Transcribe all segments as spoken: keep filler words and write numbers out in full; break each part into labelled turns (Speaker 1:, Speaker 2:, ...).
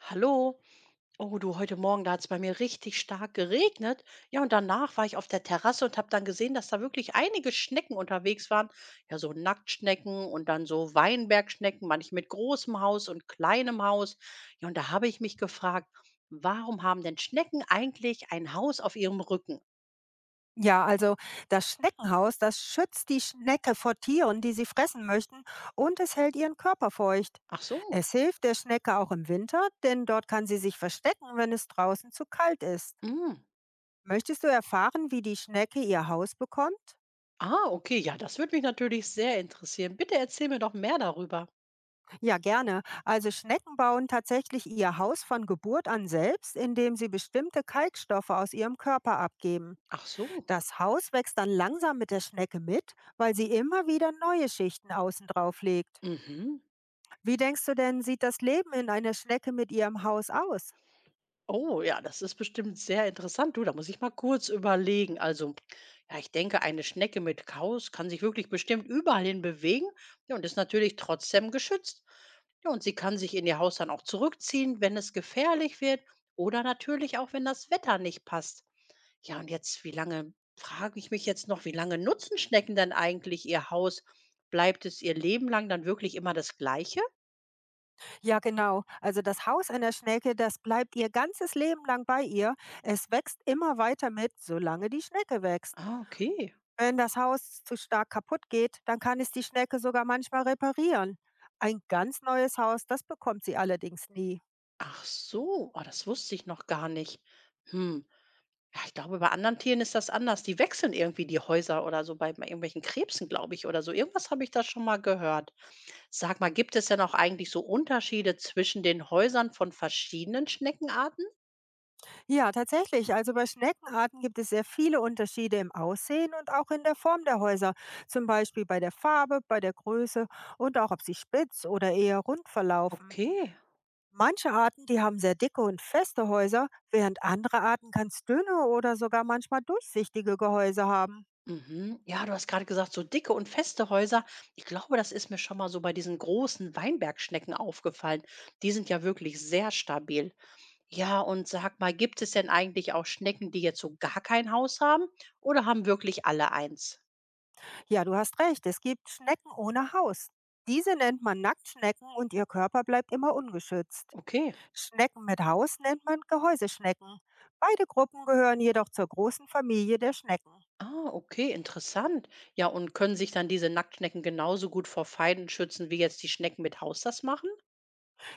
Speaker 1: Hallo. Oh du, heute Morgen, da hat es bei mir richtig stark geregnet. Ja, und danach war ich auf der Terrasse und habe dann gesehen, dass da wirklich einige Schnecken unterwegs waren. Ja, so Nacktschnecken und dann so Weinbergschnecken, manche mit großem Haus und kleinem Haus. Ja, und da habe ich mich gefragt, warum haben denn Schnecken eigentlich ein Haus auf ihrem Rücken?
Speaker 2: Ja, also das Schneckenhaus, das schützt die Schnecke vor Tieren, die sie fressen möchten, und es hält ihren Körper feucht.
Speaker 1: Ach so.
Speaker 2: Es hilft der Schnecke auch im Winter, denn dort kann sie sich verstecken, wenn es draußen zu kalt ist.
Speaker 1: Mm.
Speaker 2: Möchtest du erfahren, wie die Schnecke ihr Haus bekommt?
Speaker 1: Ah, okay. Ja, das würde mich natürlich sehr interessieren. Bitte erzähl mir doch mehr darüber.
Speaker 2: Ja, gerne. Also Schnecken bauen tatsächlich ihr Haus von Geburt an selbst, indem sie bestimmte Kalkstoffe aus ihrem Körper abgeben.
Speaker 1: Ach so.
Speaker 2: Das Haus wächst dann langsam mit der Schnecke mit, weil sie immer wieder neue Schichten außen drauf legt.
Speaker 1: Mhm.
Speaker 2: Wie denkst du denn, sieht das Leben in einer Schnecke mit ihrem Haus aus?
Speaker 1: Oh ja, das ist bestimmt sehr interessant. Du, da muss ich mal kurz überlegen. Also, ja, ich denke, eine Schnecke mit Kauz kann sich wirklich bestimmt überall hin bewegen, ja, und ist natürlich trotzdem geschützt. Ja, und sie kann sich in ihr Haus dann auch zurückziehen, wenn es gefährlich wird oder natürlich auch, wenn das Wetter nicht passt. Ja, und jetzt, wie lange, frage ich mich jetzt noch, wie lange nutzen Schnecken denn eigentlich ihr Haus? Bleibt es ihr Leben lang dann wirklich immer das gleiche?
Speaker 2: Ja, genau. Also das Haus einer Schnecke, das bleibt ihr ganzes Leben lang bei ihr. Es wächst immer weiter mit, solange die Schnecke wächst.
Speaker 1: Ah, okay.
Speaker 2: Wenn das Haus zu stark kaputt geht, dann kann es die Schnecke sogar manchmal reparieren. Ein ganz neues Haus, das bekommt sie allerdings nie.
Speaker 1: Ach so, ah, das wusste ich noch gar nicht. Hm. Ja, ich glaube, bei anderen Tieren ist das anders. Die wechseln irgendwie die Häuser oder so bei bei irgendwelchen Krebsen, glaube ich, oder so. Irgendwas habe ich da schon mal gehört. Sag mal, gibt es denn auch eigentlich so Unterschiede zwischen den Häusern von verschiedenen Schneckenarten?
Speaker 2: Ja, tatsächlich. Also bei Schneckenarten gibt es sehr viele Unterschiede im Aussehen und auch in der Form der Häuser. Zum Beispiel bei der Farbe, bei der Größe und auch ob sie spitz oder eher rund verlaufen.
Speaker 1: Okay.
Speaker 2: Manche Arten, die haben sehr dicke und feste Häuser, während andere Arten ganz dünne oder sogar manchmal durchsichtige Gehäuse haben.
Speaker 1: Mhm. Ja, du hast gerade gesagt, so dicke und feste Häuser. Ich glaube, das ist mir schon mal so bei diesen großen Weinbergschnecken aufgefallen. Die sind ja wirklich sehr stabil. Ja, und sag mal, gibt es denn eigentlich auch Schnecken, die jetzt so gar kein Haus haben oder haben wirklich alle eins?
Speaker 2: Ja, du hast recht, es gibt Schnecken ohne Haus. Diese nennt man Nacktschnecken und ihr Körper bleibt immer ungeschützt.
Speaker 1: Okay.
Speaker 2: Schnecken mit Haus nennt man Gehäuseschnecken. Beide Gruppen gehören jedoch zur großen Familie der Schnecken.
Speaker 1: Ah, okay, interessant. Ja, und können sich dann diese Nacktschnecken genauso gut vor Feinden schützen, wie jetzt die Schnecken mit Haus das machen?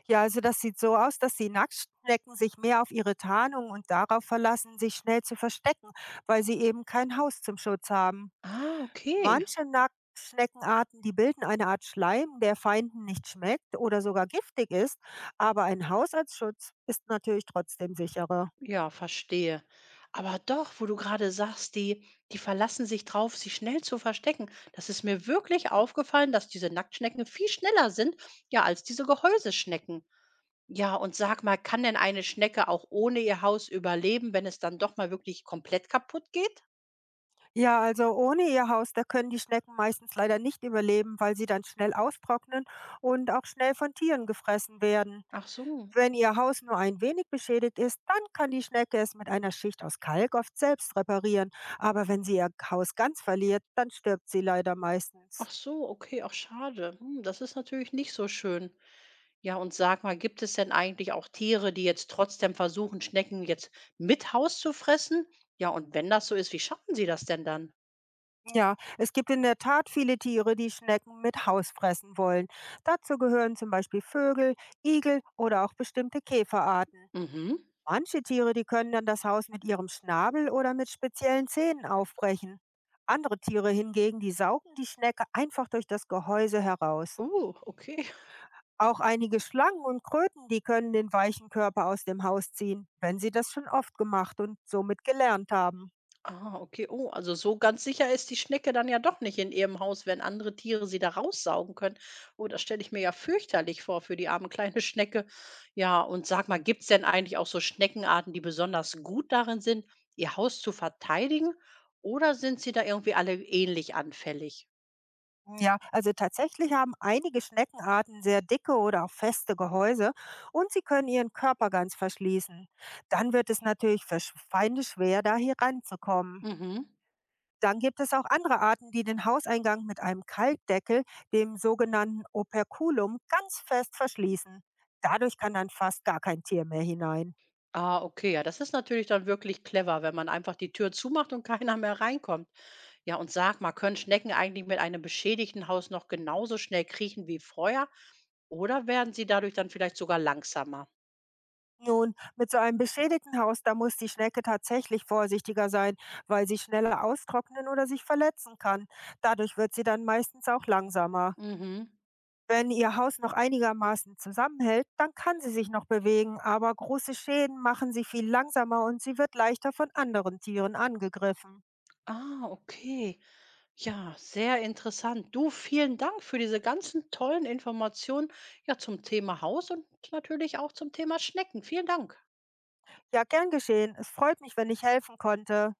Speaker 2: Ja, also das sieht so aus, dass die Nacktschnecken sich mehr auf ihre Tarnung und darauf verlassen, sich schnell zu verstecken, weil sie eben kein Haus zum Schutz haben.
Speaker 1: Ah, okay.
Speaker 2: Manche Nacktschneckenarten, die bilden eine Art Schleim, der Feinden nicht schmeckt oder sogar giftig ist, aber ein Haus als Schutz ist natürlich trotzdem sicherer.
Speaker 1: Ja, verstehe. Aber doch, wo du gerade sagst, die, die verlassen sich drauf, sich schnell zu verstecken. Das ist mir wirklich aufgefallen, dass diese Nacktschnecken viel schneller sind, ja, als diese Gehäuseschnecken. Ja, und sag mal, kann denn eine Schnecke auch ohne ihr Haus überleben, wenn es dann doch mal wirklich komplett kaputt geht?
Speaker 2: Ja, also ohne ihr Haus, da können die Schnecken meistens leider nicht überleben, weil sie dann schnell austrocknen und auch schnell von Tieren gefressen werden.
Speaker 1: Ach so.
Speaker 2: Wenn ihr Haus nur ein wenig beschädigt ist, dann kann die Schnecke es mit einer Schicht aus Kalk oft selbst reparieren. Aber wenn sie ihr Haus ganz verliert, dann stirbt sie leider
Speaker 1: Ach
Speaker 2: meistens.
Speaker 1: so, okay, ach schade. Hm, das ist natürlich nicht so schön. Ja, und sag mal, gibt es denn eigentlich auch Tiere, die jetzt trotzdem versuchen, Schnecken jetzt mit Haus zu fressen? Ja, und wenn das so ist, wie schaffen sie das denn dann?
Speaker 2: Ja, es gibt in der Tat viele Tiere, die Schnecken mit Haus fressen wollen. Dazu gehören zum Beispiel Vögel, Igel oder auch bestimmte Käferarten.
Speaker 1: Mhm.
Speaker 2: Manche Tiere, die können dann das Haus mit ihrem Schnabel oder mit speziellen Zähnen aufbrechen. Andere Tiere hingegen, die saugen die Schnecke einfach durch das Gehäuse heraus.
Speaker 1: Oh, okay.
Speaker 2: Auch einige Schlangen und Kröten, die können den weichen Körper aus dem Haus ziehen, wenn sie das schon oft gemacht und somit gelernt haben.
Speaker 1: Ah, okay. Oh, also so ganz sicher ist die Schnecke dann ja doch nicht in ihrem Haus, wenn andere Tiere sie da raussaugen können. Oh, das stelle ich mir ja fürchterlich vor für die arme kleine Schnecke. Ja, und sag mal, gibt es denn eigentlich auch so Schneckenarten, die besonders gut darin sind, ihr Haus zu verteidigen? Oder sind sie da irgendwie alle ähnlich anfällig?
Speaker 2: Ja, also tatsächlich haben einige Schneckenarten sehr dicke oder auch feste Gehäuse und sie können ihren Körper ganz verschließen. Dann wird es natürlich für Sch- Feinde schwer, da hier ranzukommen.
Speaker 1: Mhm.
Speaker 2: Dann gibt es auch andere Arten, die den Hauseingang mit einem Kalkdeckel, dem sogenannten Operculum, ganz fest verschließen. Dadurch kann dann fast gar kein Tier mehr hinein.
Speaker 1: Ah, okay. Ja, das ist natürlich dann wirklich clever, wenn man einfach die Tür zumacht und keiner mehr reinkommt. Ja, und sag mal, können Schnecken eigentlich mit einem beschädigten Haus noch genauso schnell kriechen wie vorher? Oder werden sie dadurch dann vielleicht sogar langsamer?
Speaker 2: Nun, mit so einem beschädigten Haus, da muss die Schnecke tatsächlich vorsichtiger sein, weil sie schneller austrocknen oder sich verletzen kann. Dadurch wird sie dann meistens auch langsamer.
Speaker 1: Mhm.
Speaker 2: Wenn ihr Haus noch einigermaßen zusammenhält, dann kann sie sich noch bewegen, aber große Schäden machen sie viel langsamer und sie wird leichter von anderen Tieren angegriffen.
Speaker 1: Ah, okay. Ja, sehr interessant. Du, vielen Dank für diese ganzen tollen Informationen, ja, zum Thema Haus und natürlich auch zum Thema Schnecken. Vielen Dank.
Speaker 2: Ja, gern geschehen. Es freut mich, wenn ich helfen konnte.